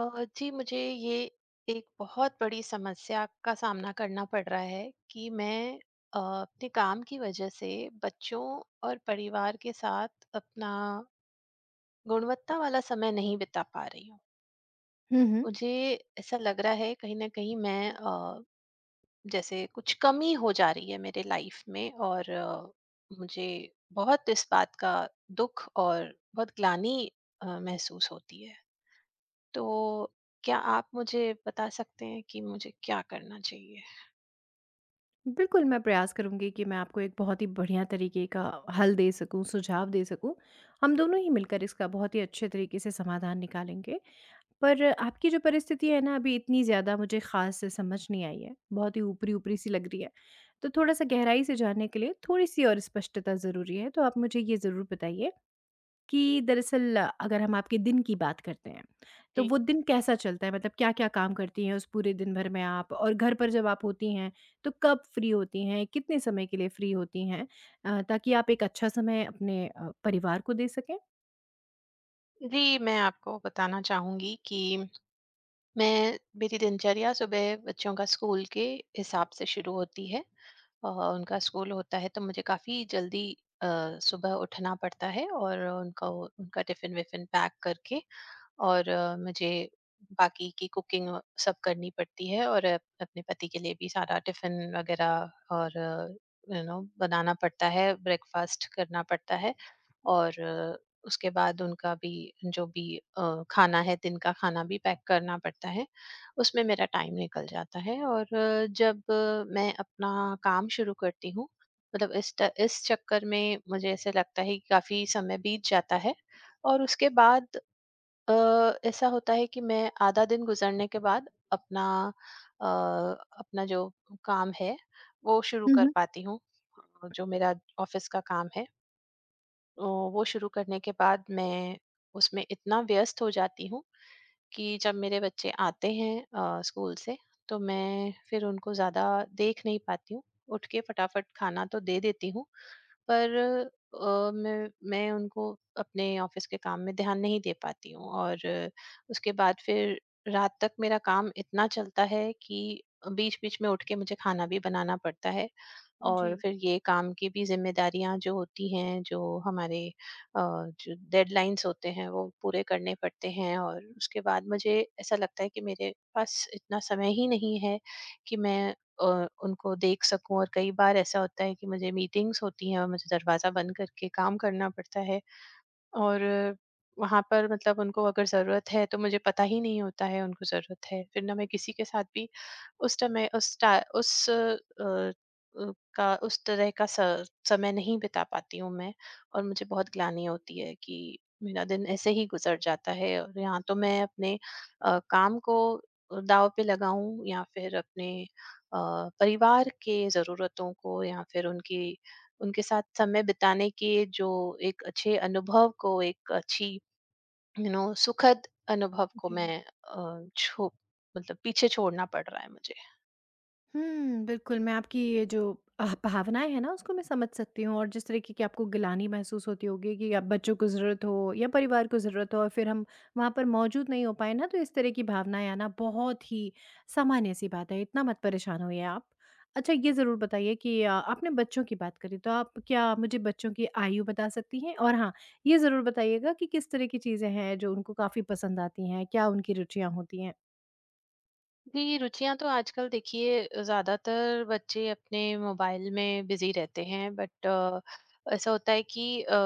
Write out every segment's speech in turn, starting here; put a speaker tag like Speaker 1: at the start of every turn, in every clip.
Speaker 1: जी, मुझे ये एक बहुत बड़ी समस्या का सामना करना पड़ रहा है कि मैं अपने काम की वजह से बच्चों और परिवार के साथ अपना गुणवत्ता वाला समय नहीं बिता पा रही हूँ।
Speaker 2: हुँ, हुँ।
Speaker 1: मुझे ऐसा लग रहा है कहीं न कहीं मैं जैसे कुछ कमी हो जा रही है मेरे लाइफ़ में और मुझे बहुत इस बात का दुःख और बहुत ग्लानि महसूस होती है। तो क्या आप मुझे बता सकते हैं कि मुझे क्या करना चाहिए?
Speaker 2: बिल्कुल, मैं प्रयास करूँगी कि मैं आपको एक बहुत ही बढ़िया तरीके का हल दे सकूँ, सुझाव दे सकूँ। हम दोनों ही मिलकर इसका बहुत ही अच्छे तरीके से समाधान निकालेंगे। पर आपकी जो परिस्थिति है ना अभी इतनी ज़्यादा मुझे ख़ास समझ नहीं आई है, बहुत ही ऊपरी-ऊपरी सी लग रही है। तो थोड़ा-सा गहराई से जानने के लिए थोड़ी-सी और स्पष्टता ज़रूरी है, तो आप मुझे ये ज़रूर बताइए कि दरअसल अगर हम आपके दिन की बात करते हैं, तो
Speaker 1: जी।
Speaker 2: वो दिन कैसा चलता है? मतलब क्या-क्या काम करती हैं उस पूरे दिन भर में आप? और घर पर जब आप होती हैं, तो कब फ्री होती हैं? कितने समय के लिए फ्री होती हैं? ताकि आप एक अच्छा समय अपने परिवार को दे सकें?
Speaker 1: जी, मैं आपको बताना चाहूँगी कि मैं मेरी दिनचर्या सुबह बच्चों का स्कूल के हिसाब से शुरू होती है। उनका स्कूल होता है तो मुझे काफ़ी जल्दी अ, सुबह उठना पड़ता है और उनको उनका टिफ़िन-विफ़िन पैक करके और मुझे बाकी की कुकिंग सब करनी पड़ती है और अपने पति के लिए भी सारा टिफिन वगैरह और बनाना पड़ता है, ब्रेकफास्ट करना पड़ता है और उसके बाद उनका भी जो भी खाना है, दिन का खाना भी पैक करना पड़ता है, उसमें मेरा टाइम निकल जाता है और जब मैं अपना काम शुरू करती हूँ, मतलब इस चक्कर में मुझे ऐसे लगता है कि काफी समय बीत जाता है और उसके बाद अ, ऐसा होता है कि मैं आधा दिन गुजरने के बाद अ, अपना जो काम है वो शुरू
Speaker 2: हुँ,
Speaker 1: कर
Speaker 2: हुँ।
Speaker 1: पाती हूँ। जो मेरा ऑफिस का काम है वो शुरू करने के बाद मैं उसमें इतना व्यस्त हो जाती हूँ कि जब मेरे बच्चे आते हैं स्कूल से तो मैं फिर उनको ज़्यादा देख नहीं पाती हूँ, उठ के फटाफट खाना तो दे देती हूँ पर मैं उनको अपने ऑफिस के काम में ध्यान नहीं दे पाती हूँ और उसके बाद फिर रात तक मेरा काम इतना चलता है कि बीच बीच में उठ के मुझे खाना भी बनाना पड़ता है और
Speaker 2: जी,
Speaker 1: फिर ये काम की भी जिम्मेदारियां जो होती हैं, जो हमारे जो डेडलाइंस होते हैं वो पूरे करने पड़ते हैं और उसके बाद मुझे ऐसा लगता है कि मेरे पास इतना समय ही नहीं है कि मैं उनको देख सकूँ, और कई बार ऐसा होता है कि मुझे मीटिंग्स होती हैं और मुझे दरवाज़ा बंद करके काम करना पड़ता है और वहाँ पर, मतलब उनको अगर ज़रूरत है तो मुझे पता ही नहीं होता है उनको ज़रूरत है। फिर ना मैं किसी के साथ भी उस समय उस टा उस अ अ, का उस तरह का स समय नहीं बिता पाती हूँ मैं, और मुझे बहुत ग्लानि होती है कि मेरा दिन ऐसे ही गुज़र जाता है और यहाँ तो मैं अपने काम को दाँव पे लगाऊँ या फिर अपने परिवार के ज़रूरतों को या फिर उनकी उनके साथ समय बिताने के जो एक अच्छे अनुभव को, एक अच्छी सुखद अनुभव को
Speaker 2: जी।
Speaker 1: मैं अ, छो मतलब पीछे छोड़ना पड़ रहा है मुझे।
Speaker 2: हुँ, बिल्कुल, मैं आपकी ये जो भावनाएँ हैं ना, उसको मैं समझ सकती हूँ और जिस तरीके की आपको गिलानी महसूस होती होगी कि अब बच्चों को ज़रूरत हो या परिवार को ज़रूरत हो और फिर हम वहाँ पर मौजूद नहीं हो पाएँ ना, तो इस तरह की भावनाएँ आना बहुत ही सामान्य-सी बात है, इतना मत परेशान होइए आप। अच्छा, ये ज़रूर बताइए कि आपने बच्चों की बात करी, तो आप क्या मुझे बच्चों की आयु बता सकती हैं? और हाँ, ये ज़रूर बताइएगा कि किस तरह की चीज़ें हैं, जो उनको काफ़ी पसंद आती हैं? क्या उनकी रुचियाँ होती हैं?
Speaker 1: जी, रुचियां तो आजकल देखिए ज्यादातर बच्चे अपने मोबाइल में बिजी रहते हैं, बट ऐसा होता है कि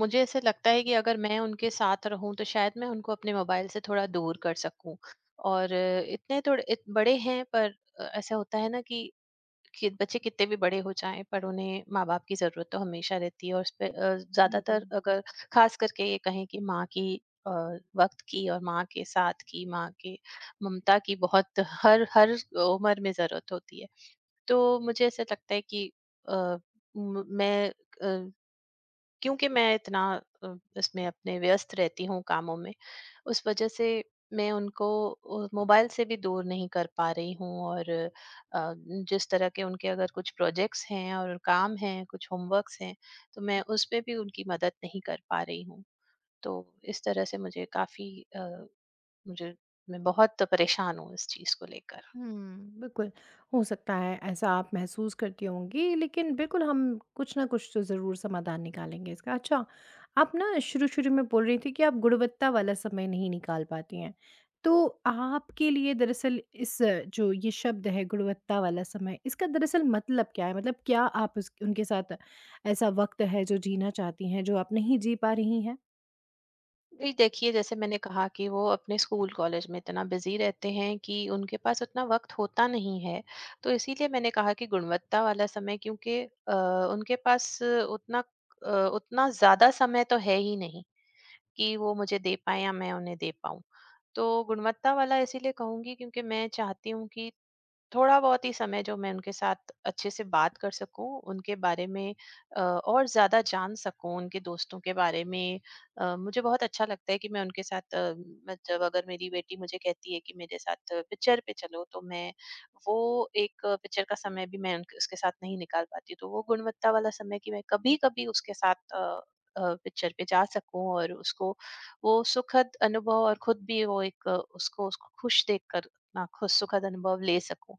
Speaker 1: मुझे ऐसे लगता है कि अगर मैं उनके साथ रहूं तो शायद मैं उनको अपने मोबाइल से थोड़ा दूर कर सकूं और इतने थोड़े बड़े हैं, पर ऐसा होता है ना कि बच्चे कितने भी बड़े हो जाएं पर उन्हें माँ-बाप की ज़रूरत तो हमेशा रहती है और उसपे ज़्यादातर,
Speaker 2: बिल्कुल।
Speaker 1: अगर ख़ास करके ये कहें कि माँ की अ, वक़्त की और माँ के साथ की, माँ के ममता की बहुत हर हर उम्र में ज़रूरत होती है। तो मुझे ऐसा लगता है कि अ, म मैं अ क्योंकि मैं इतना अ, इसमें अपने व्यस्त रहती हूँ कामों में, उस वजह से मैं उनको मोबाइल से भी दूर नहीं कर पा रही हूँ और जिस तरह के उनके अगर कुछ प्रोजेक्ट्स हैं और काम हैं, कुछ होमवर्क्स हैं, तो मैं उसमें भी उनकी मदद नहीं कर पा रही हूँ, तो इस तरह से मुझे काफी अ, मुझे मैं बहुत परेशान हूँ इस चीज को लेकर।
Speaker 2: हुँ, बिल्कुल, हो सकता है ऐसा आप महसूस करती होंगी, लेकिन बिल्कुल हम कुछ ना कुछ तो ज़रूर समाधान निकालेंगे इसका। अच्छा, आप ना शुरू-शुरू में बोल रही थी कि आप गुणवत्ता वाला समय नहीं निकाल पाती हैं, तो आपके लिए दरअसल इस जो ये शब्द है गुणवत्ता वाला समय, इसका दरअसल मतलब क्या है? मतलब क्या आप उस उनके साथ ऐसा वक़्त है जो जीना चाहती हैं, जो आप नहीं जी पा रही हैं?
Speaker 1: जी, देखिए जैसे मैंने कहा कि वो अपने स्कूल कॉलेज में इतना बिजी रहते हैं कि उनके पास उतना वक्त होता नहीं है, तो इसीलिए मैंने कहा कि गुणवत्ता वाला समय, क्योंकि उनके पास अ, उतना ज्यादा समय तो है ही नहीं कि वो मुझे दे पाए या मैं उन्हें दे पाऊं, तो गुणवत्ता वाला इसीलिए कहूंगी क्योंकि मैं चाहती हूँ कि थोड़ा बहुत ही समय जो मैं उनके साथ अच्छे से बात कर सकूं उनके बारे में, और ज़्यादा जान सकूं उनके दोस्तों के बारे में। मुझे बहुत अच्छा लगता है कि मैं उनके साथ मतलब अगर मेरी बेटी मुझे कहती है कि मेरे साथ पिक्चर पे चलो तो मैं वो एक पिक्चर का समय भी मैं उनके उसके साथ नहीं निकाल पाती, तो वो गुणवत्ता वाला समय कि मैं कभी कभी उसके साथ पिक्चर पे जा सकूं और उसको वो सुखद अनुभव और खुद भी वो एक उसको उसको खुश देखकर अपना खुश सुखद अनुभव ले सकूं,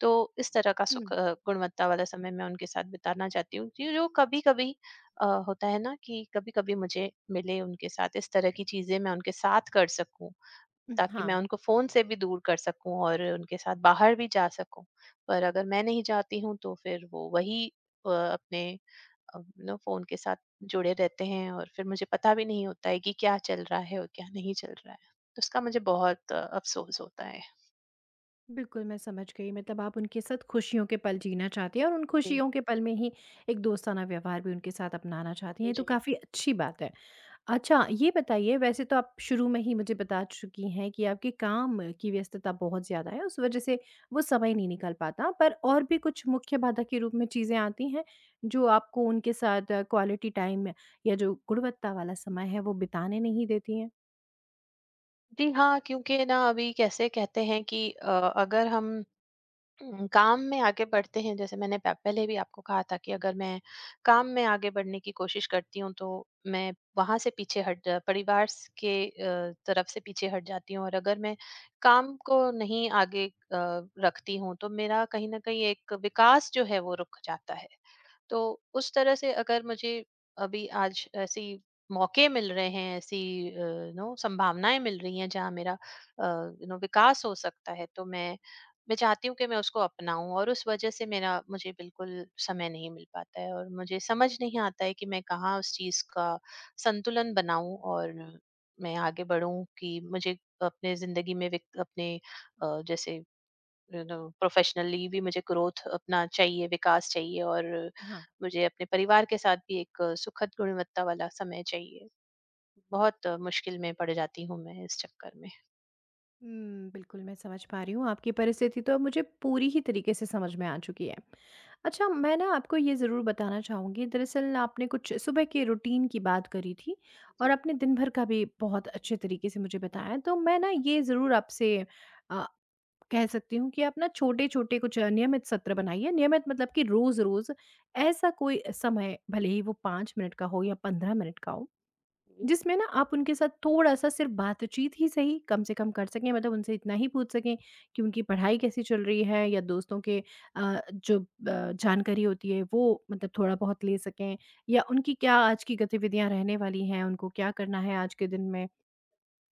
Speaker 1: तो इस तरह का
Speaker 2: हुँ।
Speaker 1: गुणवत्ता वाला समय मैं उनके साथ बिताना चाहती हूँ जो जो कभी-कभी होता है ना, कि कभी-कभी मुझे मिले उनके साथ, इस तरह की चीजें मैं उनके साथ कर सकूँ ताकि मैं
Speaker 2: हाँ,
Speaker 1: उनको फोन से भी दूर कर सकूँ और उनके साथ बाहर भी जा सकूँ। पर अगर मैं नहीं जाती हूँ तो फिर वो वही अपने अ, नो फोन के साथ जुड़े रहते हैं और फिर मुझे पता भी नहीं होता है कि क्या चल रहा है और क्या नहीं चल रहा है। तो उसका मुझे बहुत अफसोस होता है।
Speaker 2: बिल्कुल मैं समझ गई मतलब आप उनके साथ खुशियों के पल जीना चाहती हैं और उन
Speaker 1: जी,
Speaker 2: खुशियों के पल में ही एक दोस्ताना व्यवहार भी उनके साथ अपनाना चाहती हैं, ये तो
Speaker 1: जी।
Speaker 2: काफ़ी अच्छी बात है। अच्छा, ये बताइए वैसे तो आप शुरू में ही मुझे बता चुकी हैं कि आपके काम की व्यस्तता बहुत ज़्यादा है, उस वज़ह से वो समय नहीं निकल पाता। पर और भी कुछ मुख्य बाधा के रूप में चीज़ें आती हैं, जो आपको उनके साथ क्वालिटी टाइम या जो गुणवत्ता वाला समय है, वो बिताने नहीं देती हैं?
Speaker 1: जी हाँ, क्योंकि ना अभी कैसे कहते हैं कि अगर हम काम में आगे बढ़ते हैं, जैसे मैंने प पहले भी आपको कहा था, कि अगर मैं काम में आगे बढ़ने की कोशिश करती हूँ, तो मैं वहाँ से पीछे हट जा परिवार स के तरफ से पीछे हट जाती हूँ, और अगर मैं काम को नहीं आगे रखती हूँ, तो मेरा कहीं न कहीं एक विकास जो है, वो रुक जाता है। तो उस तरह से अगर मुझे अभी आज ऐसी मौके मिल रहे हैं, ऐसी नो संभावनाएं मिल रही हैं जहाँ मेरा विकास हो सकता है, तो मैं चाहती हूँ कि मैं उसको अपनाऊं, और उस वजह से मेरा मुझे बिल्कुल समय नहीं मिल पाता है और मुझे समझ नहीं आता है कि मैं कहाँ उस चीज का संतुलन बनाऊं और मैं आगे बढ़ूं, कि मुझे अपने जिंदगी में अपने जैसे प्रोफेशनली भी मुझे ग्रोथ अपना चाहिए, विकास चाहिए, और
Speaker 2: हाँ।
Speaker 1: मुझे अपने परिवार के साथ भी एक सुखद गुणवत्ता वाला समय चाहिए, बहुत मुश्किल में पड़ जाती हूँ मैं इस चक्कर में।
Speaker 2: हुँ, बिल्कुल मैं समझ पा रही हूँ आपकी परिस्थिति तो अब मुझे पूरी ही तरीके से समझ में आ चुकी है। अच्छा मैं ना आपको ये ज़रूर बताना चाहूँगी दरअसल आपने कुछ सुबह के रूटीन की बात करी थी और आपने दिन भर का भी बहुत अच्छे तरीके से मुझे बताया तो मैं ना ये ज़रूर आपसे अ, कह सकती हूँ कि आप ना छोटे-छोटे कुछ नियमित सत्र बनाइए। नियमित मतलब कि रोज़-रोज़ ऐसा कोई समय भले ही वो 5 मिनट का हो या 15 मिनट का हो
Speaker 1: जी।
Speaker 2: जिसमें ना आप उनके साथ थोड़ा-सा सिर्फ़ बातचीत ही सही कम से कम कर सकें, मतलब उनसे इतना ही पूछ सकें कि उनकी पढ़ाई कैसी चल रही है या दोस्तों के अ, जो अ, जानकारी होती है वो मतलब थोड़ा-बहुत ले सकें या उनकी क्या आज की गतिविधियाँ रहने वाली हैं, उनको क्या करना है आज के दिन में।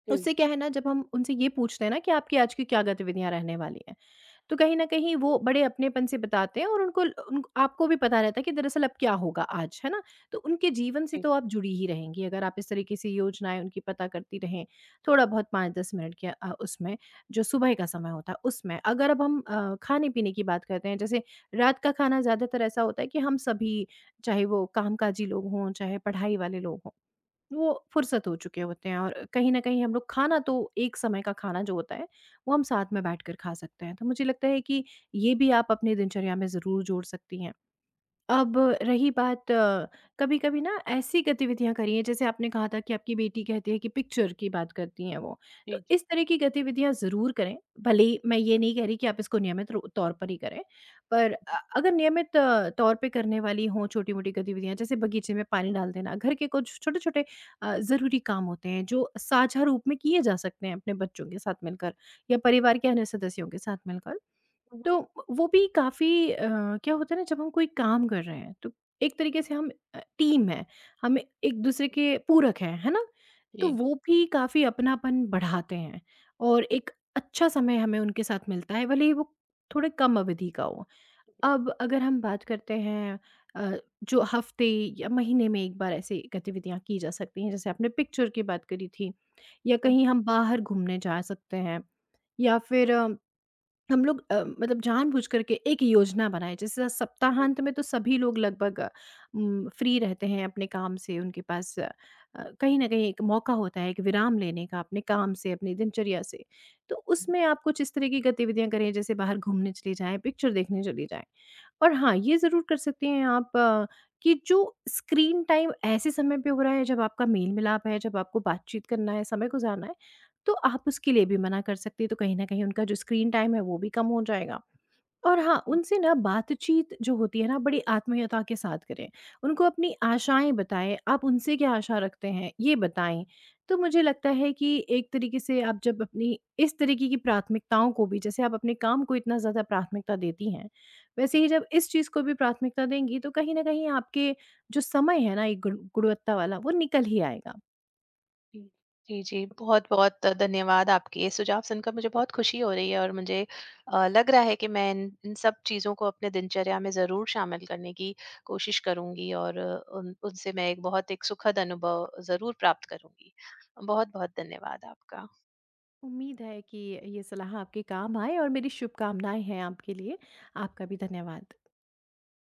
Speaker 1: जी।
Speaker 2: उससे क्या है ना जब हम उनसे ये पूछते हैं ना कि आपकी आज की क्या गतिविधियाँ रहने वाली हैं? तो कहीं न कहीं वो बड़े अपनेपन से बताते हैं और उनको ल उन आपको भी पता रहता है कि दरअसल अब क्या होगा आज, है ना? तो उनके जीवन से
Speaker 1: जी।
Speaker 2: तो आप जुड़ी ही रहेंगी अगर आप इस तरीके से योजनाएँ उनकी पता करती रहें, थोड़ा-बहुत 5-10 मिनट के उसमें जो सुबह का समय होता है उसमें। अगर अब हम खाने-पीने की बात करते हैं, जैसे रात का खाना ज़्यादातर ऐसा होता है कि हम सभी, चाहे वो कामकाजी लोग हों, चाहे पढ़ाई वाले लोग हों, वो फुर्सत हो चुके होते हैं और कहीं न कहीं हम लोग खाना तो एक समय का खाना जो होता है, वो हम साथ में बैठकर खा सकते हैं। तो मुझे लगता है कि ये भी आप अपनी दिनचर्या में ज़रूर जोड़ सकती हैं। अब रही बात कभी-कभी ना ऐसी गतिविधियाँ करी हैं, जैसे आपने कहा था कि आपकी बेटी कहती है कि पिक्चर की बात करती हैं वो। तो
Speaker 1: जी।
Speaker 2: इस तरह की गतिविधियाँ ज़रूर करें, भले ही मैं ये नहीं कह रही कि आप इसको नियमित रो तौर पर ही करें। पर अगर नियमित तौर पे करने वाली हों छोटी-मोटी गतिविधियाँ, जैसे बगीचे में पानी डाल देना, घर के कुछ छोटे-छोटे ज़रूरी काम होते हैं, जो साझा रूप में किए जा सकते हैं अपने बच्चों के साथ मिलकर या परिवार के अन्य सदस्यों के साथ मिलकर। तो वो भी काफ़ी क्या होता है ना जब हम कोई काम कर रहे हैं तो एक तरीके से हम टीम है, हम एक दूसरे के पूरक हैं, है ना? तो
Speaker 1: जी।
Speaker 2: वो भी काफ़ी अपनापन बढ़ाते हैं और एक अच्छा समय हमें उनके साथ मिलता है, भले ही वो थोड़े कम अवधि का हो। अब अगर हम बात करते हैं अ, जो हफ़्ते या महीने में एक बार ऐसी गतिविधियाँ की जा सकती हैं, जैसे आपने पिक्चर की बात करी थी या कहीं हम बाहर घूमने जा सकते हैं या फिर हम लोग मतलब जानबूझकर के एक योजना बनाए जैसे सप्ताहांत में तो सभी लोग लगभग फ्री रहते हैं अपने काम से उनके पास कहीं न कहीं एक मौका होता है एक विराम लेने का अपने काम से, अपनी दिनचर्या से। तो उसमें आप कुछ इस तरह की गतिविधियाँ करें जैसे बाहर घूमने चली जाएँ, पिक्चर देखने चली जाएँ। और हाँ, ये ज़रूर कर सकती हैं आप कि जो स्क्रीन टाइम ऐसे समय पे हो रहा है जब आपका मेल-मिलाप है, जब आपको बातचीत करना है, समय गुज़ारना है तो आप उसके लिए भी मना कर सकती हैं, तो कहीं न कहीं उनका जो स्क्रीन टाइम है वो भी कम हो जाएगा। और हाँ, उनसे ना बातचीत जो होती है ना बड़ी आत्मीयता के साथ करें। उनको अपनी आशाएँ बताएँ, आप उनसे क्या आशा रखते हैं ये बताएँ। तो मुझे लगता है कि एक तरीके से आप जब अपनी इस तरीके की प्राथमिकताओं को भी जैसे आप अपने काम को इतना ज़्यादा प्राथमिकता देती हैं, वैसे
Speaker 1: जी।
Speaker 2: ही जब इस चीज़ को भी प्राथमिकता देंगी तो कहीं न कहीं आपके जो समय है ना एक गुणवत्ता वाला वो निकल ही आएगा।
Speaker 1: जी, जी, जी। बहुत-बहुत धन्यवाद, आपके ये सुझाव सुनकर मुझे बहुत खुशी हो रही है और मुझे लग रहा है कि मैं इन इन सब चीज़ों को अपने दिनचर्या में ज़रूर शामिल करने की कोशिश करूँगी और उन उनसे मैं एक सुखद अनुभव ज़रूर प्राप्त करूँगी। बहुत-बहुत धन्यवाद आपका।
Speaker 2: उम्मीद है कि ये सलाह आपके काम आए और मेरी शुभकामनाएं हैं आपके लिए आपका भी धन्यवाद